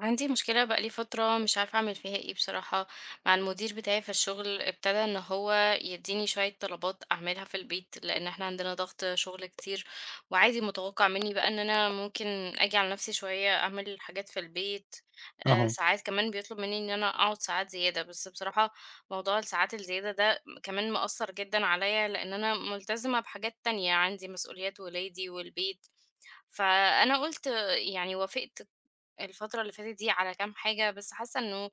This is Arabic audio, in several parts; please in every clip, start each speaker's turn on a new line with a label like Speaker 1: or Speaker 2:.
Speaker 1: عندي مشكلة بقالي فترة، مش عارفة أعمل فيها إيه بصراحة. مع المدير بتاعي في الشغل، ابتدى إن هو يديني شوية طلبات أعملها في البيت، لأن إحنا عندنا ضغط شغل كتير، وعادي متوقع مني بقى إن أنا ممكن أجي على نفسي شوية أعمل حاجات في البيت. آه،
Speaker 2: أها،
Speaker 1: ساعات كمان بيطلب مني إن أنا أقعد ساعات زيادة، بس بصراحة موضوع الساعات الزيادة ده كمان مأثر جدا عليا، لأن أنا ملتزمة بحاجات تانية، عندي مسؤوليات ولادي والبيت. فأنا قلت يعني وافقت الفترة اللي فاتت دي على كام حاجة، بس حاسة انه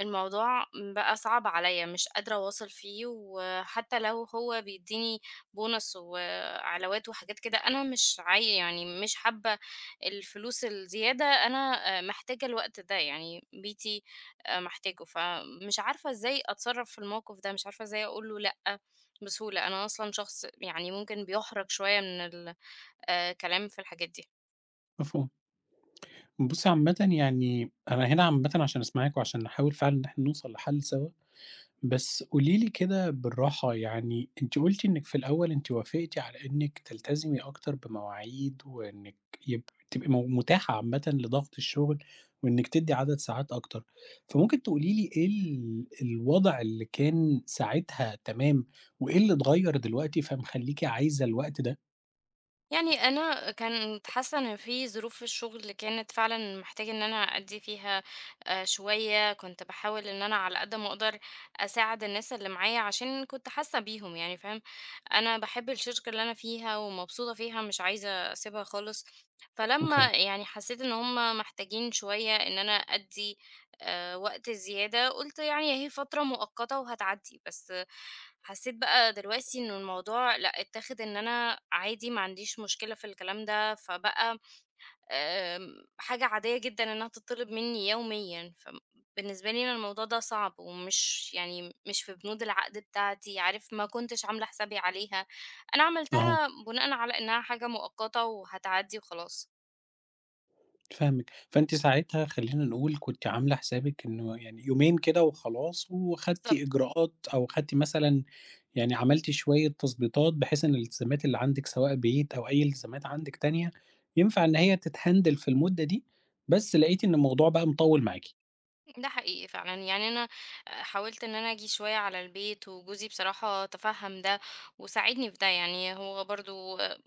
Speaker 1: الموضوع بقى صعب عليا، مش قادرة اواصل فيه. وحتى لو هو بيديني بونص وعلاوات وحاجات كده، انا مش عاي يعني مش حابة الفلوس الزيادة. انا محتاجة الوقت ده، يعني بيتي محتاجه. فمش عارفة ازاي اتصرف في الموقف ده، مش عارفة ازاي اقوله لأ بسهولة. انا اصلا شخص يعني ممكن بيحرج شوية من الكلام في الحاجات دي.
Speaker 2: مفهوم. بُصّي عامةً، يعني أنا هنا عامةً عشان أسمعِك وعشان نحاول فعلًا إن إحنا نوصل لحل سوا، بس قولي لي كده بالراحة. يعني أنتِ قُلتِ إنِّك في الأول أنتِ وافقتِ على إنِّك تلتزمي أكتر بمواعيد وإنِّك يب تبقي مو متاحة عامةً لضغط الشغل وإنِّك تدّي عدد ساعات أكتر، فممكن تقولي لي إيه الوضع اللي كان ساعتها تمام وإيه اللي اتغيّر دلوقتي فمخلّيكِ عايزة الوقت ده؟
Speaker 1: يعني أنا كنت حاسة إن في ظروف في الشغل كانت فعلًا محتاجة إن أنا أدّي فيها شوية، كنت باحاول إن أنا على قد ما أقدر أساعد الناس اللي معايا، عشان كنت حاسة بيهم، يعني فاهم؟ أنا باحب الشركة اللي أنا فيها ومبسوطة فيها، مش عايزة أسيبها خالص. فلمّا
Speaker 2: أوكي.
Speaker 1: يعني حسيت إن هُم محتاجين شوية إن أنا أدّي وقت زيادة، قُلت يعني أهي فترة مؤقتة وهتعدّي. بس حسّيت بقى دلوقتي إنه الموضوع لأ، اتّاخد إن أنا عادي ما عنديش مشكلة في الكلام ده، فبقى حاجة عادية جدًا إنها تطّلب منّي يوميًا. فبالنسبة لي أنا الموضوع ده صعب، ومش يعني مش في بنود العقد بتاعتي، عارف، ما كنتش عاملة حسابي عليها. أنا
Speaker 2: أها.
Speaker 1: عملتها بناءً على إنها حاجة مؤقتة وهتعدّي وخلاص.
Speaker 2: فاهمِك، فأنتِ ساعتها خلّينا نقول كنتِ عاملة حسابِك إنه يعني يومين كده وخلاص، وخدتِ إجراءات أو خدتِ مثلًا يعني عملتِ شوية تضبيطات بحيث إن الالتزامات اللي عندِك سواء بيت أو أي التزامات عندِك تانية، ينفع إن هي تتهندل في المدة دي، بس لقيتِ إن الموضوع بقى مطوّل معاكِ.
Speaker 1: ده حقيقي فعلا، يعني انا حاولت ان انا اجي شوية على البيت، وجوزي بصراحة تفهم ده وساعدني في ده، يعني هو برضو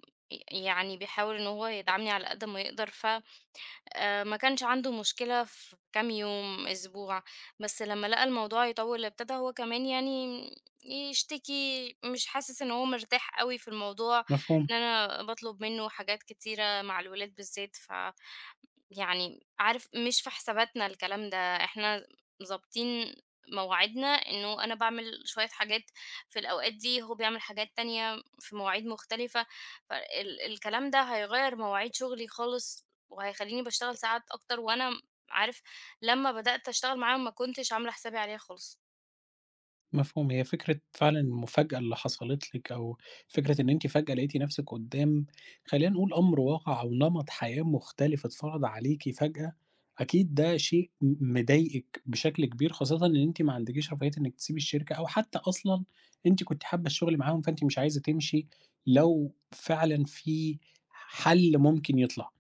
Speaker 1: يعني بيحاول ان هو يدعمني على قد ما يقدر. فما كانش عنده مشكلة في كام يوم اسبوع، بس لما لقى الموضوع يطول ابتدى هو كمان يعني يشتكي، مش حاسس ان هو مرتاح قوي في الموضوع،
Speaker 2: مفهوم.
Speaker 1: ان انا بطلب منه حاجات كتيرة مع الولاد بالذات. يعني عارف، مش في حساباتنا الكلام ده، إحنا ضابطين مواعيدنا، إنه أنا باعمل شوية حاجات في الأوقات دي، هو بيعمل حاجات تانية في مواعيد مختلفة. الكلام ده هيغيّر مواعيد شغلي خالص، وهيخلّيني باشتغل ساعات أكتر، وأنا عارف لمّا بدأت أشتغل معاه ما كنتش عاملة حسابي عليها خالص.
Speaker 2: مفهوم، هي فكرة فعلًا المفاجأة اللي حصلت لِك، أو فكرة إن أنتِ فجأة لقيتِ نفسِك قدّام خلّينا نقول أمر واقع أو نمط حياة مختلف اتفرض عليكِ فجأة، أكيد ده شيء مضايقِك بشكل كبير، خاصةً إن أنتِ ما عندكيش رفاهية إنِك تسيبي الشركة، أو حتى أصلًا أنتِ كنتِ حابة الشغل معاهم، فأنتِ مش عايزة تمشي لو فعلًا في حل ممكن يطلع.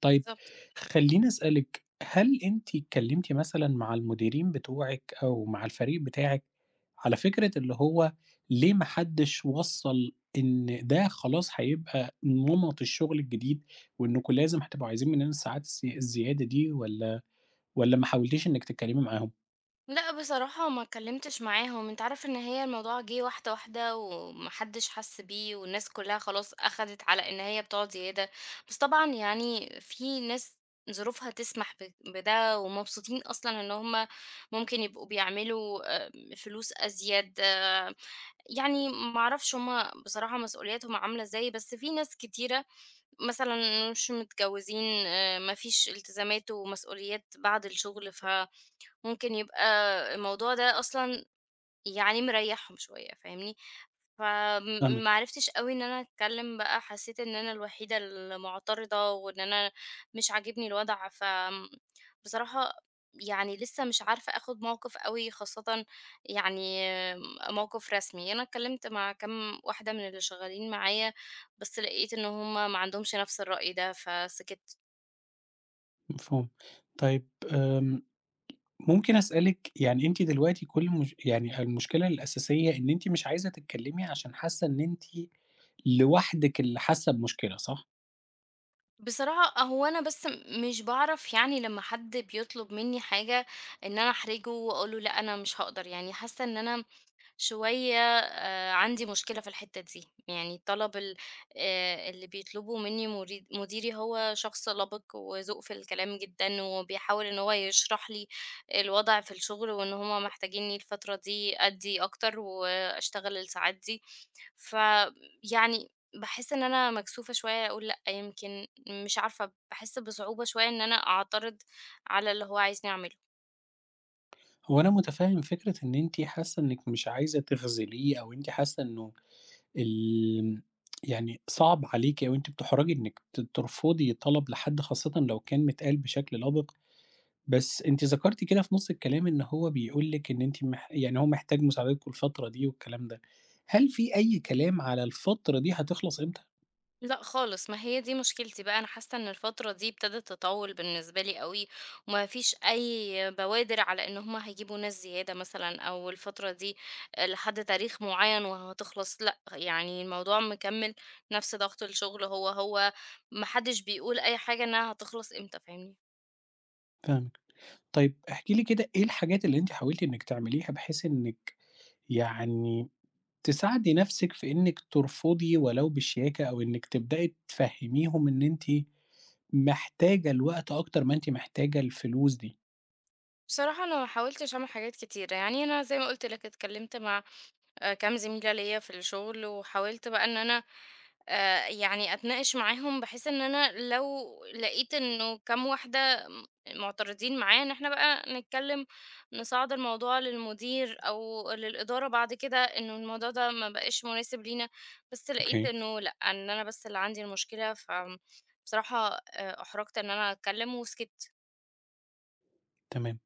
Speaker 2: طيب،
Speaker 1: بالضبط.
Speaker 2: خلّيني أسألِك، هل أنتِ اتكلمتِ مثلًا مع المديرين بتوعِك أو مع الفريق بتاعِك على فكرة اللي هو ليه ما حدش وصّل إن ده خلاص هيبقى نمط الشغل الجديد، وإنكم لازم هتبقوا عايزين مننا الساعات الزيادة دي، والّا ما حاولتيش إنِّك تتكلمي معاهم؟
Speaker 1: لأ بصراحة ما اتكلمتش معاهم. أنت عارف إن هي الموضوع جِه واحدة، واحدة، وما حدش حَس بيه، والناس كلّها خلاص أخدت على إن هي بتقعد زيادة. بس طبعًا يعني في ناس ظروفها تسمح بده، ومبسوطين أصلًا إن هم ممكن يبقوا بيعملوا فلوس أزيد، يعني ما أعرفش هم بصراحة مسؤولياتهم عاملة إزاي. بس في ناس كتيرة مثلًا مش متجوّزين، ما فيش التزامات ومسؤوليات بعد الشغل، ممكن يبقى الموضوع ده أصلًا يعني مريّحهم شوية، فاهمني. فم
Speaker 2: فاهمِك.
Speaker 1: ما عرفتش أوي إن أنا أتكلّم بقى، حسّيت إن أنا الوحيدة المعترضة، وإن أنا مش عاجبني الوضع. بصراحة يعني لسه مش عارفة آخُد موقِف أوي، خاصةً يعني موقِف رسمي. أنا اتكلّمت مع كام واحدة من اللي شغّالين معايا، بس لقيت إن هم ما عندهمش نَفْس الرأي ده فسِكِت.
Speaker 2: مفهوم. طيب آمم، ممكن أسألِك، يعني أنتِ دلوقتي كل مش يعني المشكلة الأساسية إن أنتِ مش عايزة تتكلمي عشان حاسة إن أنتِ لوحدِك اللي حاسة بمشكلة، صح؟
Speaker 1: بصراحة هو أنا بس مش بعرف، يعني لما حد بيطلب مني حاجة إن أنا أحرجه وأقوله لأ أنا مش هقدر، يعني حاسة إن أنا شوية عندي مشكلة في الحتة دي. يعني الطلب اللي بيطلبه مني مديري هو شخص لبق وذوق في الكلام جدا، وبيحاول إن هو يشرح لي الوضع في الشغل، وإن هما محتاجيني الفترة دي أدي أكتر وأشتغل الساعات دي. فيعني باحس إن أنا مكسوفة شوية أقول لأ، يمكن مش عارفة، باحس بصعوبة شوية إن أنا أعترض على اللي هو عايزني أعمله.
Speaker 2: هو أنا متفهم فكرة إن أنتِ حاسة إنِك مش عايزة تخذليه، أو أنتِ حاسة إنه ال يعني صعب عليكِ، أو أنتِ بتُحرَجي إنِك ترفضي طلب لحد، خاصةً لو كان متقال بشكل لبق. بس أنتِ ذكرتِ كده في نُص الكلام إن هو بيقول لِك إن أنتِ يعني هو محتاج مساعدتكم الفترة دي والكلام ده. هل في أي كلام على الفترة دي هتخلص إمتى؟
Speaker 1: لأ خالص، ما هي دي مشكلتي بقى. أنا حاسة إن الفترة دي ابتدت تطول بالنسبة لي أوي، وما فيش أي بوادر على إن هُم هيجيبوا ناس زيادة مثلًا، أو الفترة دي لحد تاريخ معين وهتخلص، لأ، يعني الموضوع مكمل، نفس ضغط الشغل، هو، ما حدش بيقول أي حاجة إنها هتخلص إمتى، فاهمني؟
Speaker 2: فاهمِك. طيب احكي لي كده، إيه الحاجات اللي أنتِ حاولتِ إنِك تعمليها بحيث إنِك يعني تساعدي نفسِك في إنِّك ترفضي ولو بشياكة، أو إنِّك تبدئي تفهّميهم إن أنتِ محتاجة الوقت أكتر ما أنتِ محتاجة الفلوس دي.
Speaker 1: بصراحة أنا ما حاولتش أعمل حاجات كتيرة، يعني أنا زي ما قلت لك اتكلمت مع كام زميلة ليا في الشغل، وحاولت بقى إن أنا يعني أتناقش معاهم، بحيث إن أنا لو لقيت إنه كام واحدة معترضين معايا، إن احنا بقى نتكلم، نصعد الموضوع للمدير أو للإدارة بعد كده إنه الموضوع ده ما بقاش مناسب لينا. بس لقيت
Speaker 2: أوكي.
Speaker 1: إنه لأ، إن أنا بس اللي عندي المشكلة. بصراحة أحرجت إن أنا أتكلم وسكت.
Speaker 2: تمام.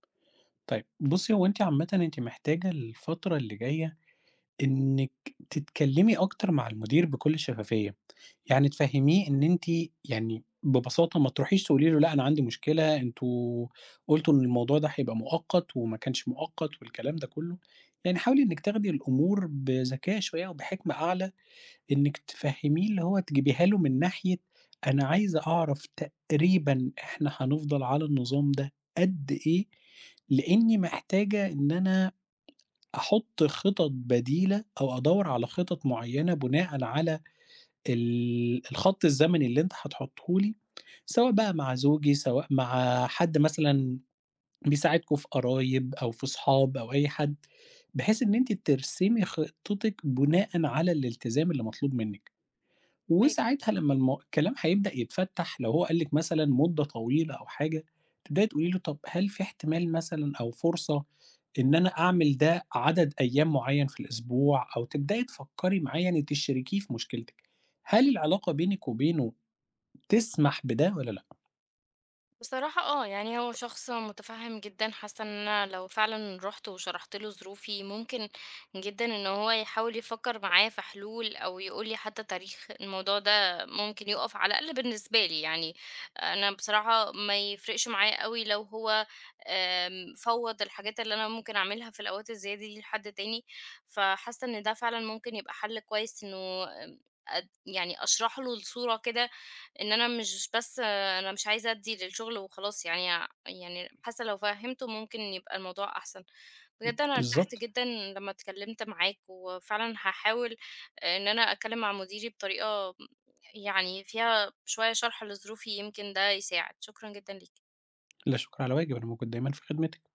Speaker 2: طيب بُصّي، هو أنتِ عامةً أنتِ محتاجة الفترة اللي جاية إنِّك تتكلّمي أكتر مع المدير بكل شفافية، يعني تفهّميه إن أنتِ يعني ببساطة ما تروحيش تقولي له لأ أنا عندي مشكلة، أنتم قُلتوا إن الموضوع ده هيبقى مؤقت وما كانش مؤقت والكلام ده كلّه، يعني حاولي إنِّك تاخدي الأمور بذكاء شوية وبحكمة أعلى، إنِّك تفهّميه اللي هو تجيبيها له من ناحية أنا عايزة أعرف تقريبًا إحنا هنفضل على النظام ده قد إيه، لإني محتاجة إن أنا أحُط خطط بديلة أو أدوّر على خطط معيّنة بناءً على الخَط الزمني اللي أنت هتحطّه لي، سواء بقى مع زوجي، سواء مع حد مثلًا بيساعدكم في قرايب أو في صحاب أو أي حد، بحيث إن أنتِ ترسمي خطتِك بناءً على الالتزام اللي مطلوب منِّك. وساعتها لمّا الكلام هيبدأ يتفتّح لو هو قال لِك مثلًا مدة طويلة أو حاجة، تبدأي تقولي له طب هل في احتمال مثلًا أو فرصة إن أنا أعمل ده عدد أيام معيّن في الأسبوع، أو تبدأي تفكّري معاه يعني تشركيه في مشكلتِك. هل العلاقة بينِك وبينه تسمح بده والّا لأ؟
Speaker 1: بصراحة يعني هو شخص مُتفهِّم جدًا، حاسة إن أنا لو فعلًا رُحت وشرحت له ظروفي، ممكن جدًا إن هو يحاول يفكّر معايا في حلول، أو يقول لي حتى تاريخ الموضوع ده ممكن يُقف على الأقل بالنسبة لي يعني. أنا بصراحة ما يفرقش معايا أوي لو هو فوّض الحاجات اللي أنا ممكن أعملها في الأوقات الزيادة دي لحد تاني. فحاسة إن ده فعلًا ممكن يبقى حَل كويس، إنه يعني أشرح له الصورة كده، إن أنا مش بس أنا مش عايزة أدّي للشغل وخلاص، يعني يعني حاسة لو فهّمته ممكن يبقى الموضوع أحسن. بجد أنا ارتحت
Speaker 2: بالضبط.
Speaker 1: جدًا لمّا اتكلّمت معاك، وفعلًا هاحاول إن أنا أتكلّم مع مديري بطريقة يعني فيها شوية شرح لظروفي، يمكن ده يساعد. شكرًا جدًا ليك.
Speaker 2: لا شكر على واجب، أنا موجود دايمًا في خدمتِك.